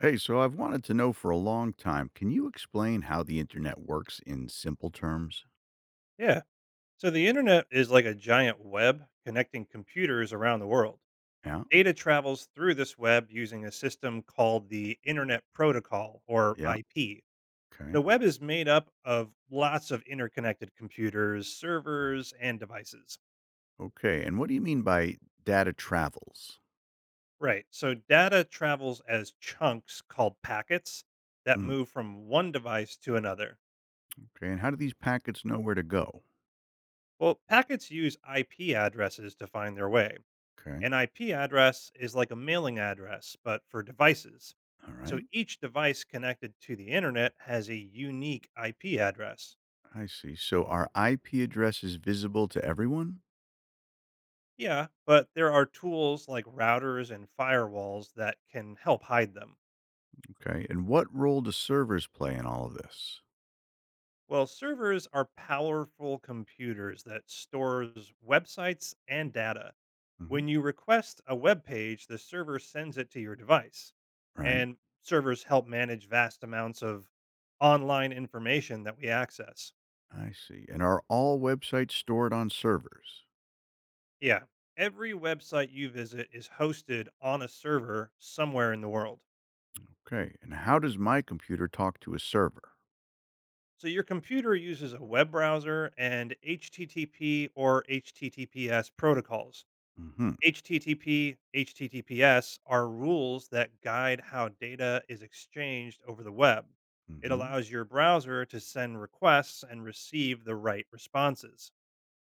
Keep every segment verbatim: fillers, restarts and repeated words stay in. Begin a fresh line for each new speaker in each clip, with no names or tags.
Hey, so I've wanted to know for a long time. Can you explain how the internet works in simple terms?
Yeah. So the internet is like a giant web connecting computers around the world.
Yeah.
Data travels through this web using a system called the Internet Protocol or
Yeah.
I P. The
Okay.
web is made up of lots of interconnected computers, servers, and devices.
Okay. And what do you mean by data travels?
Right. So data travels as chunks called packets that
Mm,
move from one device to another.
okay. And how do these packets know where to go?
Well, packets use I P addresses to find their way.
Okay.
An I P address is like a mailing address, but for devices.
All
So
right.
each device connected to the internet has a unique I P address.
I see. So are I P addresses visible to everyone?
Yeah, but there are tools like routers and firewalls that can help hide them.
Okay. And what role do servers play in all of this?
Well, servers are powerful computers that stores websites and data.
Hmm.
When you request a web page, the server sends it to your device.
Right.
And servers help manage vast amounts of online information that we access.
I see. And are all websites stored on servers?
Yeah. Every website you visit is hosted on a server somewhere in the world.
Okay. And how does my computer talk to a server?
So your computer uses a web browser and HTTP or HTTPS protocols.
Hmm.
HTTP, HTTPS are rules that guide how data is exchanged over the web. It
Hmm.
allows your browser to send requests and receive the right responses.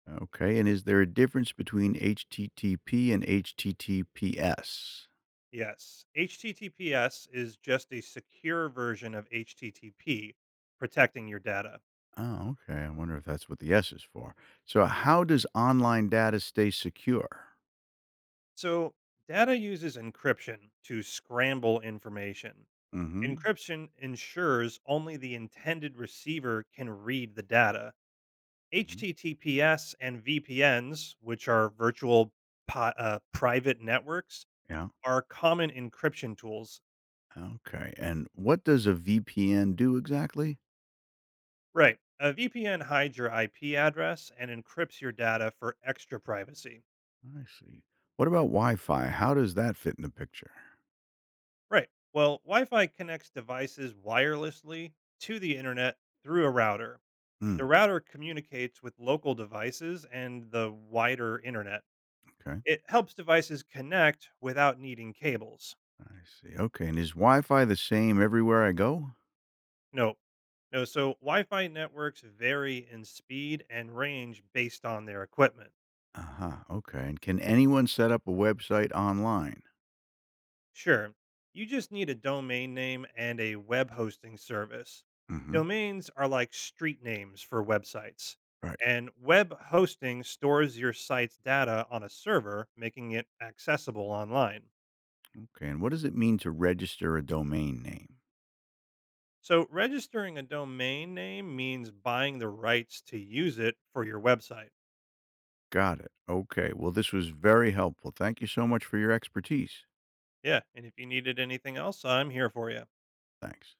Okay, and is there a difference between H T T P and H T T P S?
Yes, H T T P S is just a secure version of H T T P, protecting your data.
Oh, okay. I wonder if that's what the S is for. So, how does online data stay secure?
So, data uses encryption to scramble information.
Mm-hmm.
Encryption ensures only the intended receiver can read the data.
Hmm.
H T T P S and V P Ns, which are virtual pi- uh, private networks,
Yeah.
are common encryption tools.
Okay. And what does a V P N do exactly?
Right. A V P N hides your I P address and encrypts your data for extra privacy.
I see. What about Wi-Fi? How does that fit in the picture?
Right. Well, Wi Fi connects devices wirelessly to the internet through a router. The
Hmm.
router communicates with local devices and the wider internet.
Okay.
It helps devices connect without needing cables.
I see. Okay. And is Wi-Fi the same everywhere I go?
No, no, so Wi Fi networks vary in speed and range based on their equipment.
Uh huh. Okay. And can anyone set up a website online?
Sure, you just need a domain name and a web hosting service.
Mm-hmm.
Domains are like street names for websites,
Right.
and web hosting stores your site's data on a server, making it accessible online.
Okay, and what does it mean to register a domain name?
So, registering a domain name means buying the rights to use it for your website.
Got it. Okay, well, this was very helpful. Thank you so much for your expertise.
Yeah. And if you needed anything else, I'm here for you.
Thanks.